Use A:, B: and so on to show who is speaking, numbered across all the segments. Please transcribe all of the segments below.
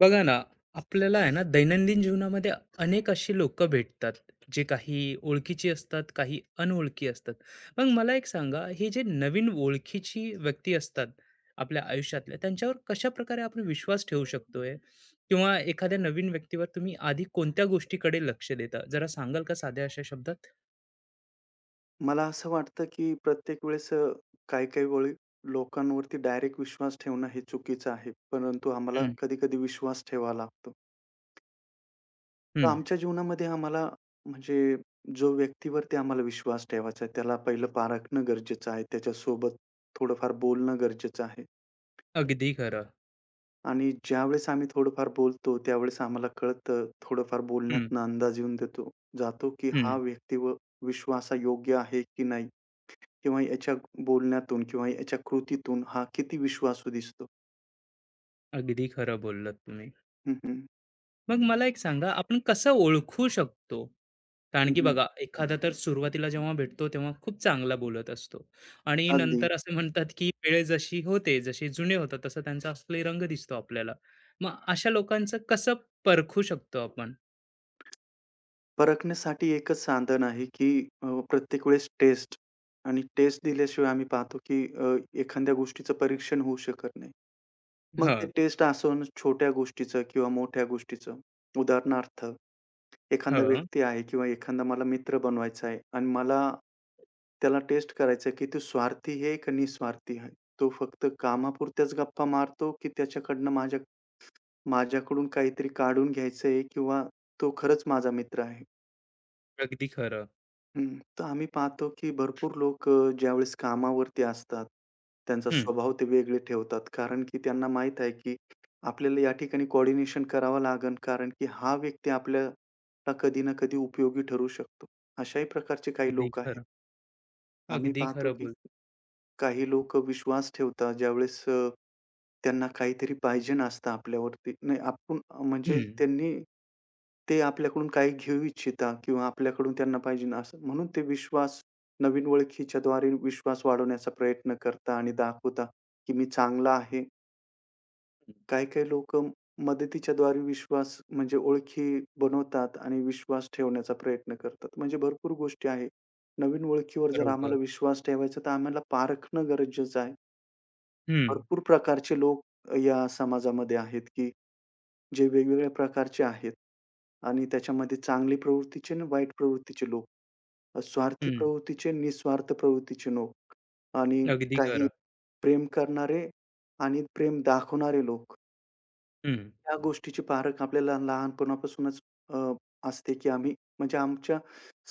A: बघा ना, आपल्याला आहे ना, दैनंदिन जीवनामध्ये अनेक अशी लोकं भेटतात, जे काही ओळखीची असतात, काही अनोळखी असतात. मग मला एक सांगा, हे जे नवीन ओळखीची व्यक्ती असतात आपल्या आयुष्यातल्या, त्यांच्यावर कशाप्रकारे आपण विश्वास ठेवू शकतोय? किंवा एखाद्या नवीन व्यक्तीवर तुम्ही आधी कोणत्या गोष्टीकडे लक्ष देता? जरा सांगाल का साध्या अशा शब्दात?
B: मला असं वाटतं, की प्रत्येक वेळेस काही-काही वेळी लोकांवरती डायरेक्ट विश्वास ठेवणं हे चुकीचं आहे. परंतु आम्हाला
A: हं,
B: कधी-कधी विश्वास ठेवावा लागतो. तर
A: हं.
B: आमच्या जीवनामध्ये आम्हाला म्हणजे जो व्यक्तीवरती आम्हाला विश्वास ठेवायचा आहे, त्याला पहिलं पारखणं गरजेचं आहे. त्याच्यासोबत थोडंफार बोलणं गरजेचं आहे.
A: अगदी खरं.
B: आणि ज्यावेळेस आम्ही थोडंफार बोलतो, त्यावेळेस आम्हाला कळतं, थोडंफार
A: हं,
B: बोलण्यातनं अंदाज येऊन देतो जातो, की हा
A: हं.
B: व्यक्ती व विश्वासायोग्य आहे की नाही. किंवा याच्या बोलण्यातून किंवा याच्या कृतीतून हा किती विश्वासू दिसतो.
A: अगदी खरं बोललात तुम्ही.
B: हं, हं.
A: मग मला एक सांगा, आपण कसं ओळखू शकतो? कारण
B: हं,
A: की
B: हं.
A: बघा, एखादा तर सुरुवातीला जेव्हा भेटतो, तेव्हा खूप चांगला बोलत असतो आणि
B: अगदी.
A: नंतर असे म्हणतात, की वेळ जशी होते, जसे जुने होतात, तसा त्यांचा असली रंग दिसतो आपल्याला. मग अशा लोकांचं कसं परखू शकतो आपण?
B: परखण्यासाठी एकच साधन आहे, की प्रत्येक वेळेस टेस्ट आणि टेस्ट दिल्याशिवाय आम्ही पाहतो, की एखाद्या गोष्टीचं परीक्षण होऊ शकत नाही. मग ते
A: हं,
B: टेस्ट असो न छोट्या गोष्टीचं किंवा मोठ्या गोष्टीचं. उदाहरणार्थ एखादा
A: हं.
B: व्यक्ती आहे किंवा एखादा मला मित्र बनवायचा आहे आणि मला त्याला टेस्ट करायचं आहे, की तो स्वार्थी आहे का निस्वार्थी आहे? तो फक्त कामापुरत्याच गप्पा मारतो, की त्याच्याकडनं माझ्या माझ्याकडून काहीतरी काढून घ्यायचं आहे किंवा तो खरंच माझा मित्र आहे?
A: अगदी खरं.
B: हं. तर आम्ही पाहतो, की भरपूर लोक ज्यावेळेस कामावरती असतात, त्यांचा
A: हं.
B: स्वभाव ते वेगळे ठेवतात. कारण की त्यांना माहीत आहे, की आपल्याला या ठिकाणी कोऑर्डिनेशन करावं लागेल. कारण की हा व्यक्ती आपल्याला कधी ना कधी उपयोगी ठरू शकतो. अशाही प्रकारचे काही
A: अगदी
B: लोक आहेत.
A: खरं.
B: आम्ही
A: अगदी
B: पाहतो,
A: खरं
B: की
A: बोल
B: काही लोकं विश्वास ठेवतात ज्यावेळेस त्यांना काहीतरी पाहिजेन असतं आपल्यावरती. नाही आपण म्हणजे
A: हं,
B: त्यांनी ते आपल्याकडून काही घेऊ इच्छिता किंवा आपल्याकडून त्यांना पाहिजेन असं म्हणून ते विश्वास नवीन ओळखीच्याद्वारे विश्वास वाढवण्याचा प्रयत्न करता आणि दाखवता, की मी चांगला आहे. काही-काही लोकं मदतीच्याद्वारे विश्वास म्हणजे ओळखी बनवतात आणि विश्वास ठेवण्याचा प्रयत्न करतात. म्हणजे भरपूर गोष्टी आहे. नवीन ओळखीवर जर
A: बरोबर.
B: आम्हाला विश्वास ठेवायचा, तर आम्हाला पारखणं गरजेचं आहे.
A: हं,
B: भरपूर प्रकारचे लोक या समाजामध्ये आहेत, की जे वेगवेगळ्या प्रकारचे आहेत आणि त्याच्यामध्ये चांगली प्रवृत्तीचे आणि वाईट प्रवृत्तीचे लोक, स्वार्थी
A: हं.
B: प्रवृत्तीचे, निस्वार्थ प्रवृत्तीचे लोक आणि
A: अगदी
B: काही
A: खरं.
B: प्रेम करणारे आणि प्रेम दाखवणारे लोक.
A: हं.
B: या गोष्टीची पारख आपल्याला लहानपणापासूनच अ, असते, की आम्ही म्हणजे आमच्या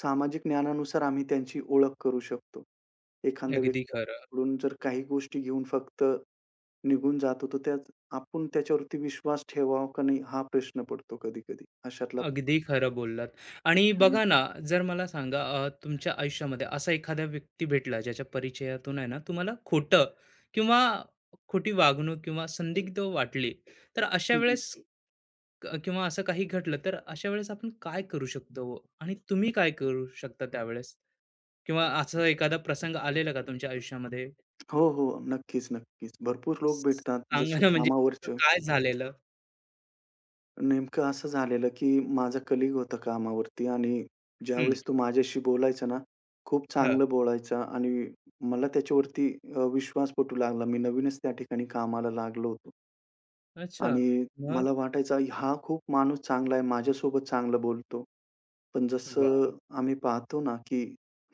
B: सामाजिक ज्ञानानुसार आम्ही त्यांची ओळख करू शकतो. एखादा
A: अगदी
B: व्यक्ती
A: खरं.
B: आपल्याकडून जर काही गोष्टी घेऊन फक्त निघून जातो, तर त्यात आपण त्याच्यावरती विश्वास ठेवावा का नाही हा प्रश्न पडतो कधी-कधी. अशातला
A: अगदी खरं बोललात. आणि
B: हं.
A: बघा ना, जर मला सांगा तुमच्या आयुष्यामध्ये असा एखादा व्यक्ती भेटला ज्याच्या परिचयातून आहे ना, तुम्हाला खोटं किंवा खोटी वागणूक किंवा संदिग्ध वाटली. तर अशा
B: हं, हं.
A: वेळेस किंवा असं काही घडलं, तर अशा वेळेस आपण काय करू शकतो ओ? आणि तुम्ही काय करू शकता त्यावेळेस? किंवा असा एखादा प्रसंग आलेला का तुमच्या आयुष्यामध्ये?
B: हो, हो. नक्कीच, नक्कीच. भरपूर लोक भेटतात
A: सांगा
B: जसे
A: ना म्हणजे
B: कामावरचे.
A: काय झालेलं?
B: नेमकं असं झालेलं, की माझा कलीग होता कामावरती आणि
A: हं,
B: ज्यावेळेस तो माझ्याशी बोलायचा ना, खूप
A: हं.
B: चांगलं बोलायचा आणि मला त्याच्यावरती विश्वास पटू लागला. मी नवीनच त्या ठिकाणी कामाला लागलो होतो.
A: अच्छा.
B: आणि
A: मग?
B: मला वाटायचं हा खूप माणूस चांगला आहे, माझ्यासोबत चांगलं बोलतो. पण
A: वाह!
B: जसं आम्ही पाहतो ना, की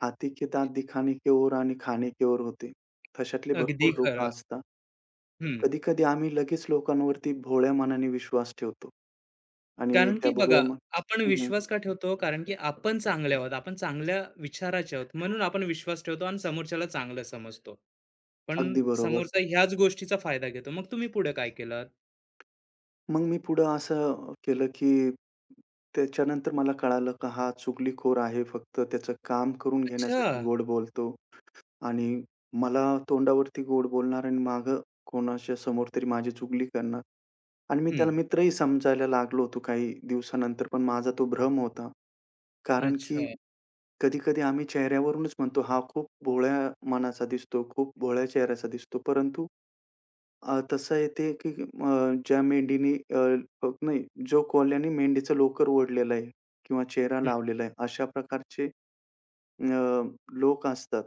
B: "हाथी के दाँत दिखाने के ओर आणि खाने के ओर होते." तशातले
A: अगदी
B: भरपूर लोकं
A: खरं.
B: असतात. कधी-कधी आम्ही लगेच लोकांवरती भोळ्या मनाने विश्वास ठेवतो. आणि
A: कारण
B: त्या
A: की बघा,
B: भोळ्या मन
A: आपण
B: हं, हं.
A: विश्वास का ठेवतो? कारण की आपण चांगले आहोत. आपण चांगल्या विचाराचे आहोत. म्हणून आपण विश्वास ठेवतो आणि समोरच्याला चांगलं समजतो. पण
B: अगदी बरोबर.
A: समोरचा ह्याच गोष्टीचा फायदा घेतो. मग तुम्ही पुढे काय केलंत?
B: मग मी पुढं असं केलं, की त्याच्यानंतर मला कळालं, की हा चुगलीखोर आहे. फक्त त्याचं काम करून घेण्यासाठी
A: अच्छा.
B: गोड बोलतो. आणि मला तोंडावरती गोड बोलणार आणि मागं कोणाच्या समोर तरी माझी चुगली करणार आणि मी त्याला
A: हं.
B: मित्रही समजायला लागलो होतो काही दिवसानंतर. पण माझा तो भ्रम होता. कारण की
A: अच्छा.
B: कधी-कधी आम्ही चेहऱ्यावरूनच म्हणतो, "हा खूप भोळ्या मनाचा दिसतो, खूप भोळ्या चेहऱ्याचा दिसतो." परंतु तसं आहे ते की ज्या मेंढीने अ, अ, नाही, जो कोल्ह्याने मेंढीचं लोकर ओढलेलं आहे किंवा चेहरा
A: हं.
B: लावलेला आहे, अशा प्रकारचे अ, लोक असतात.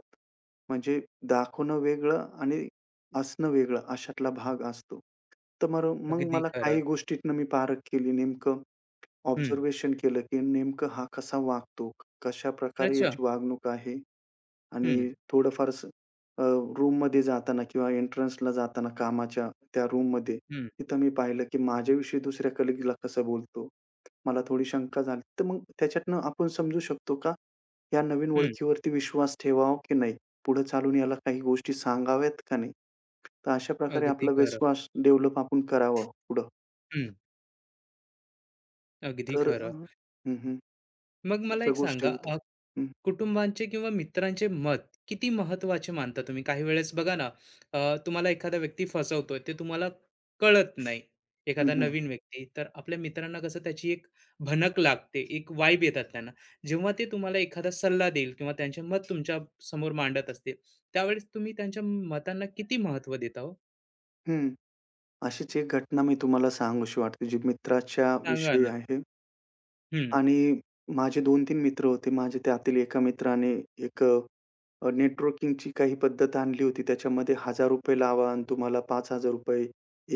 B: म्हणजे दाखवणं वेगळं आणि असणं वेगळं अशातला भाग असतो. तर मग
A: अगदी
B: मला
A: खरं.
B: काही गोष्टीतनं मी पारख केली. नेमकं
A: हं.
B: ऑब्झर्वेशन केलं, की नेमकं हा कसा वागतो? कशाप्रकारे
A: अच्छा.
B: याची वागणूक आहे?
A: हं.
B: आणि थोडंफार असं अ, रूममध्ये जाताना किंवा एंट्रन्सला जाताना कामाच्या त्या रूममध्ये,
A: हं.
B: तिथं मी पाहिलं की माझ्याविषयी दुसऱ्या कलीगला कसा बोलतो, मला थोडी शंका झाली. तर मग त्याच्यातनं आपण समजू शकतो का, या नवीन
A: हं.
B: ओळखीवरती विश्वास ठेवावा की नाही? पुढे चालून याला काही गोष्टी सांगाव्यात का नाही? तर अशा प्रकारे
A: अगदी
B: आपला
A: खरं.
B: विश्वास डेव्हलप आपण करावा पुढं.
A: हं. अगदी
B: तर अ
A: खरं.
B: हं, हं.
A: मग मला
B: अशा
A: एक सांगा
B: गोष्टी होतात. हं.
A: कुटुंबांचे किंवा मित्रांचे मत किती महत्वाचे मानता तुम्ही? काही वेळेस बघा ना, तुम्हाला एखादा व्यक्ती फसवतोय ते तुम्हाला कळत नाही.
B: हं,
A: एखादा
B: हं.
A: नवीन व्यक्ती, तर आपल्या मित्रांना कसं त्याची एक भनक लागते, एक वाइब येतात त्यांना. जेव्हा ते तुम्हाला एखादा सल्ला देईल किंवा त्यांचे मत तुमच्या समोर मांडत असतील, त्यावेळेस तुम्ही त्यांच्या मतांना किती महत्त्व देता हो?
B: अशीच एक घटना मी तुम्हाला सांगूशी वाटते, जी मित्राच्या हं.
A: सांगा
B: विषयी
A: ना.
B: आहे
A: हं,
B: आणि माझे 2 तीन मित्र होते. माझे त्यातील एका मित्राने एक नेटवर्किंगची काही पद्धत आणली होती. त्याच्यामध्ये ₹1000 लावा आणि तुम्हाला ₹5000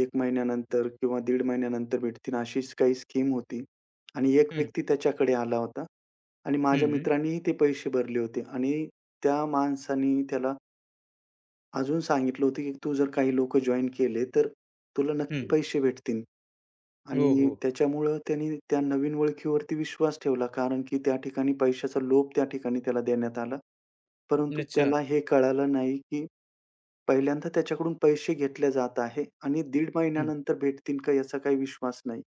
B: 1 महिन्यानंतर किंवा दीड महिन्यानंतर भेटतील, अशीच काही स्कीम होती. आणि एक
A: हं,
B: व्यक्ती त्याच्याकडे आला होता आणि माझ्या
A: हं,
B: मित्रांनीही ते पैसे भरले होते आणि त्या माणसाने त्याला अजून सांगितलं होतं, की "तू जर काही लोकं जॉइन केले, तर तुला नक्की
A: हं.
B: पैसे भेटतील."
A: हो,
B: आणि
A: हो.
B: त्याच्यामुळं त्यांनी त्या नवीन ओळखीवरती विश्वास ठेवला. कारण की त्या ठिकाणी पैशाचा लोभ त्या ठिकाणी त्याला देण्यात आला. परंतु
A: अच्छा.
B: त्याला हे कळालं नाही, की पहिल्यांदा त्याच्याकडून पैसे घेतले जात आहे आणि दीड
A: हं.
B: महिन्यानंतर भेटतील का याचा काही विश्वास नाही.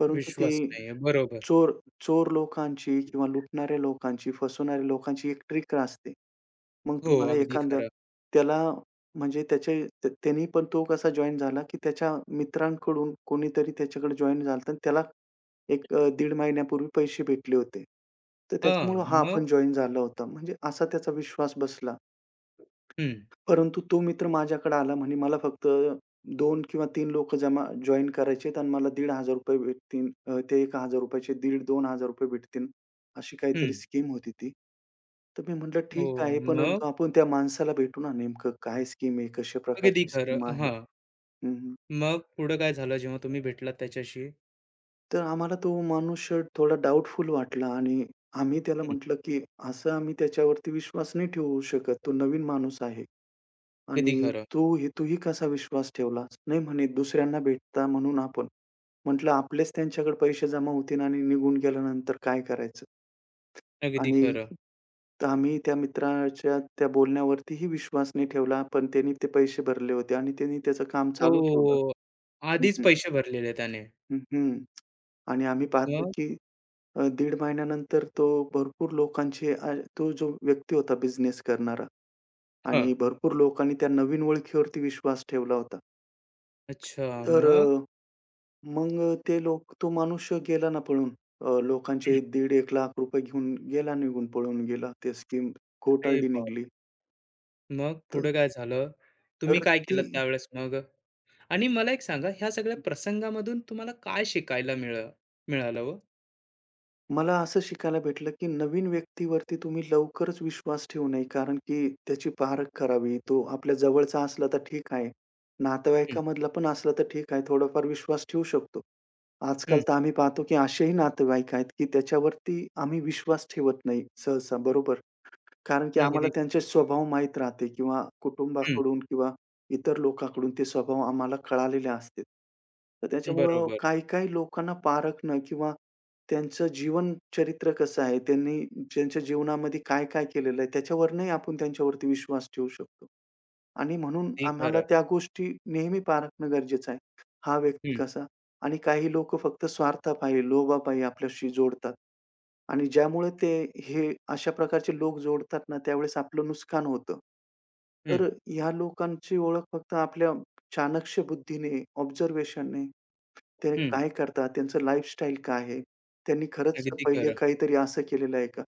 B: परंतु ते
A: विश्वास नाहीये. बरोबर.
B: चोर चोर लोकांची किंवा लुटणाऱ्या लोकांची, फसवणाऱ्या लोकांची एक ट्रिक असते. मग
A: हो,
B: तुम्हाला
A: अगदी
B: एखाद्या
A: खरं.
B: त्याला म्हणजे त्याचे त्याने पण तो कसा जॉइन झाला, की त्याच्या मित्रांकडून कोणीतरी त्याच्याकडे जॉइन झालं होतं आणि त्याला एक 1.5 महिन्यापूर्वी पैसे भेटले होते. तर
A: हां,
B: त्याच्यामुळं हा
A: मग?
B: पण जॉइन झाला होता. म्हणजे असा त्याचा विश्वास बसला.
A: हं.
B: परंतु तो मित्र माझ्याकडे आला म्हणे, "मला फक्त दोन किंवा तीन लोक जमा जॉइन करायचे आहेत आणि मला ₹1,500 भेटतील. ते ₹1,000चे दीड ₹2,000 भेटतील." अशी काहीतरी
A: हं.
B: स्कीम होती ती. तर मी म्हटलं,
A: हो.
B: "ठीक आहे."
A: मग?
B: परंतु आपण त्या माणसाला भेटू ना, नेमकं काय स्कीम आहे, कशा
A: अगदी
B: प्रकारची
A: खरं.
B: स्कीम आहे?
A: हां.
B: हं, हं.
A: मग पुढं काय झालं जेव्हा तुम्ही भेटलात त्याच्याशी?
B: तर आम्हाला तो माणूस थोडा डाउटफुल वाटला आणि आम्ही त्याला
A: हं.
B: म्हटलं, की "असं आम्ही त्याच्यावरती विश्वास नाही ठेवू शकत. तो नवीन माणूस आहे."
A: अगदी
B: आणि
A: खरं,
B: तू हे तूही कसा विश्वास ठेवलास? नाही म्हणे दुसऱ्यांना भेटता म्हणून आपण. म्हटलं आपलेच त्यांच्याकडे पैसे जमा होतील आणि निघून गेल्यानंतर काय करायचं?
A: अगदी
B: आणि
A: खरं.
B: आम्ही त्या मित्राच्या त्या बोलण्यावरतीही विश्वास नाही ठेवला. पण त्यांनी ते पैसे भरले होते आणि त्यांनी त्याचं काम चालू ठेवलं.
A: हो.
B: हं,
A: आधीच
B: हं.
A: पैसे भरलेले त्याने.
B: हं, आणि आम्ही पाहतो
A: मग?
B: की दीड महिन्यानंतर तो भरपूर लोकांचे तो जो व्यक्ती होता बिझनेस करणारा
A: हां.
B: आणि भरपूर लोकांनी त्या नवीन ओळखीवरती विश्वास ठेवला होता.
A: अच्छा.
B: तर
A: मग?
B: अ मग ते लोक तो माणूस गेला ना पळून.
A: हं.
B: लोकांचे ₹1,50,000-1 लाख रुपये घेऊन गेला निघून, पळून गेला. ते स्कीम
A: अरे
B: खोटारडी निघाली.
A: बापरे! मग
B: तर
A: पुढं काय झालं?
B: तर
A: तुम्ही काय
B: ती
A: केलंत त्यावेळेस मग? आणि मला एक सांगा ह्या सगळ्या प्रसंगामधून तुम्हाला काय शिकायला मिळालं हो?
B: मला असं शिकायला भेटलं, की नवीन व्यक्तीवरती तुम्ही लवकरच विश्वास ठेवू नये, कारण की त्याची पारख करावी. तो आपल्या जवळचा असला तर ठीक आहे.
A: हं,
B: नातेवाईकामधला पण असला तर ठीक आहे. थोडाफार विश्वास ठेवू शकतो. आजकाल
A: हं.
B: तर आम्ही पाहतो, की असेही नातेवाईक आहेत, की त्याच्यावरती आम्ही विश्वास ठेवत नाही सहसा, बरोबर? कारण की आम्हाला
A: अगदी खरं.
B: त्यांचे स्वभाव माहीत राहते किंवा
A: हं.
B: कुटुंबाकडून किंवा इतर लोकांकडून ते स्वभाव आम्हाला कळालेले असते. तर त्याच्यामुळं
A: बरोबर.
B: काही-काही लोकांना पारखणं किंवा त्यांचं जीवन चरित्र कसं आहे, त्यांनी त्यांच्या जीवनामध्ये काय-काय केलेलं आहे, त्याच्यावरूनही आपण त्यांच्यावरती विश्वास ठेवू शकतो. आणि म्हणून
A: अगदी
B: आम्हाला
A: खरं.
B: त्या गोष्टी नेहमी पाळणं गरजेचं आहे. हा व्यक्ती
A: हं,
B: कसा आणि काही लोक फक्त स्वार्थापायी, लोभापायी आपल्याशी जोडतात आणि ज्यामुळे ते हे अशा प्रकारचे लोक जोडतात ना, त्यावेळेस आपलं नुकसान होतं. तर
A: हं,
B: ह्या लोकांची ओळख फक्त आपल्या चाणक्य बुद्धीने, ऑब्झर्वेशनने ते
A: हं.
B: काय करतात, त्यांचं लाईफस्टाईल काय आहे? त्यांनी खरंच
A: अगदी
B: पहिले
A: खरं.
B: काहीतरी असं केलेलं आहे का?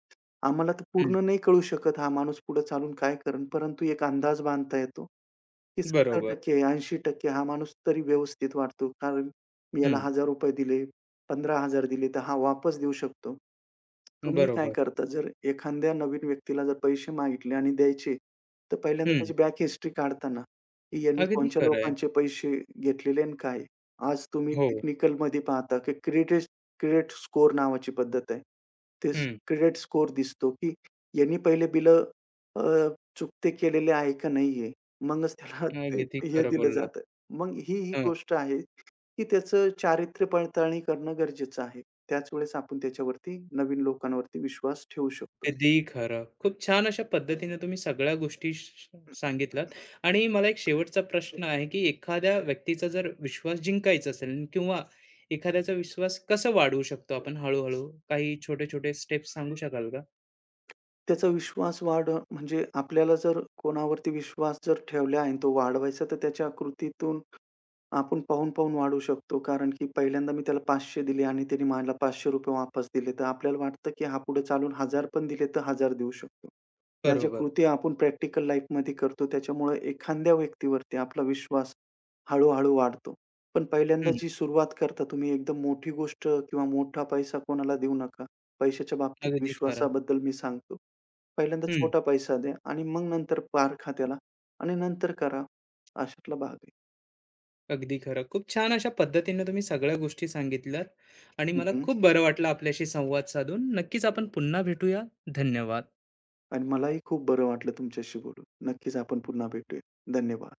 B: आम्हाला तर
A: हं.
B: पूर्ण नाही कळू शकत हा माणूस पुढे चालून काय करेल, परंतु एक अंदाज बांधता येतो, की
A: बरोबर.
B: 70% 80% हा माणूस तरी व्यवस्थित वाटतो. कारण मी याला
A: हं.
B: ₹1000 दिले, 15,000 दिले, तर हा वापस देऊ शकतो. तुम्ही काय
A: बरोबर.
B: करता, जर एखाद्या नवीन व्यक्तीला जर पैसे मागितले आणि द्यायचे, तर पहिल्यांदा
A: हं.
B: त्याची बॅक हिस्ट्री काढता की यांनी
A: अगदी
B: कोणत्या
A: खरं आहे.
B: लोकांचे पैसे घेतलेले आणि काय. आज तुम्ही
A: हो.
B: टेक्निकलमध्ये पाहता की क्रेडिट क्रेडिट स्कोर नावाची पद्धत आहे. ते
A: हं.
B: क्रेडिट स्कोर दिसतो, की यांनी पहिले बिलं चुकते केलेले आहे का नाहीये? मगच त्याला ते
A: अगदी
B: हे
A: खरं
B: दिलं
A: बोललात.
B: जातं. मग ही
A: हं.
B: गोष्ट आहे, की त्याचं चारित्र्य पडताळणी करणं गरजेचं आहे. त्याच वेळेस आपण त्याच्यावरती नवीन लोकांवरती विश्वास ठेवू शकतो.
A: अगदी खरं. खूप छान अशा पद्धतीने तुम्ही सगळ्या गोष्टी श श सांगितल्यात आणि मला एक शेवटचा प्रश्न आहे, की एखाद्या व्यक्तीचा जर विश्वास जिंकायचा असेल किंवा एखाद्याचा विश्वास कसा वाढवू शकतो आपण हळू काही छोटे-छोटे स्टेप्स सांगू शकाल का?
B: त्याचा विश्वास वाढ म्हणजे आपल्याला जर कोणावरती विश्वास जर ठेवला आहे आणि तो वाढवायचा, तर त्याच्या कृतीतून आपण पाहून-पाहून वाढवू शकतो. कारण की पहिल्यांदा मी त्याला 500 दिले आणि त्याने मला ₹500 वापस दिले, तर आपल्याला वाटतं की हा पुढे चालून 1000 पण दिले, तर 1000 देऊ शकतो. ह्या ज्या
A: बरोबर.
B: कृती आपण प्रॅक्टिकल लाईफमध्ये करतो, त्याच्यामुळे एखाद्या व्यक्तीवरती आपला विश्वास हळू-हळू वाढतो. पण
A: हं.
B: पहिल्यांदा जी सुरुवात करता तुम्ही एकदम मोठी गोष्ट किंवा मोठा पैसा कोणाला देऊ नका. पैशाच्या बाबतीत
A: अगदी खरं.
B: विश्वासाबद्दल मी सांगतो. पहिल्यांदा
A: हं.
B: छोटा पैसा द्या आणि मग नंतर पारखा त्याला आणि नंतर करा. अशातला भाग आहे.
A: अगदी खरं. खूप छान अशा पद्धतीने तुम्ही सगळ्या गोष्टी सांगितल्यात आणि
B: हं,
A: मला
B: हं.
A: खूप बरं वाटलं आपल्याशी संवाद साधून. नक्कीच आपण पुन्हा भेटूया. धन्यवाद.
B: आणि मलाही खूप बरं वाटलं तुमच्याशी बोलून. नक्कीच आपण पुन्हा भेटूया. धन्यवाद.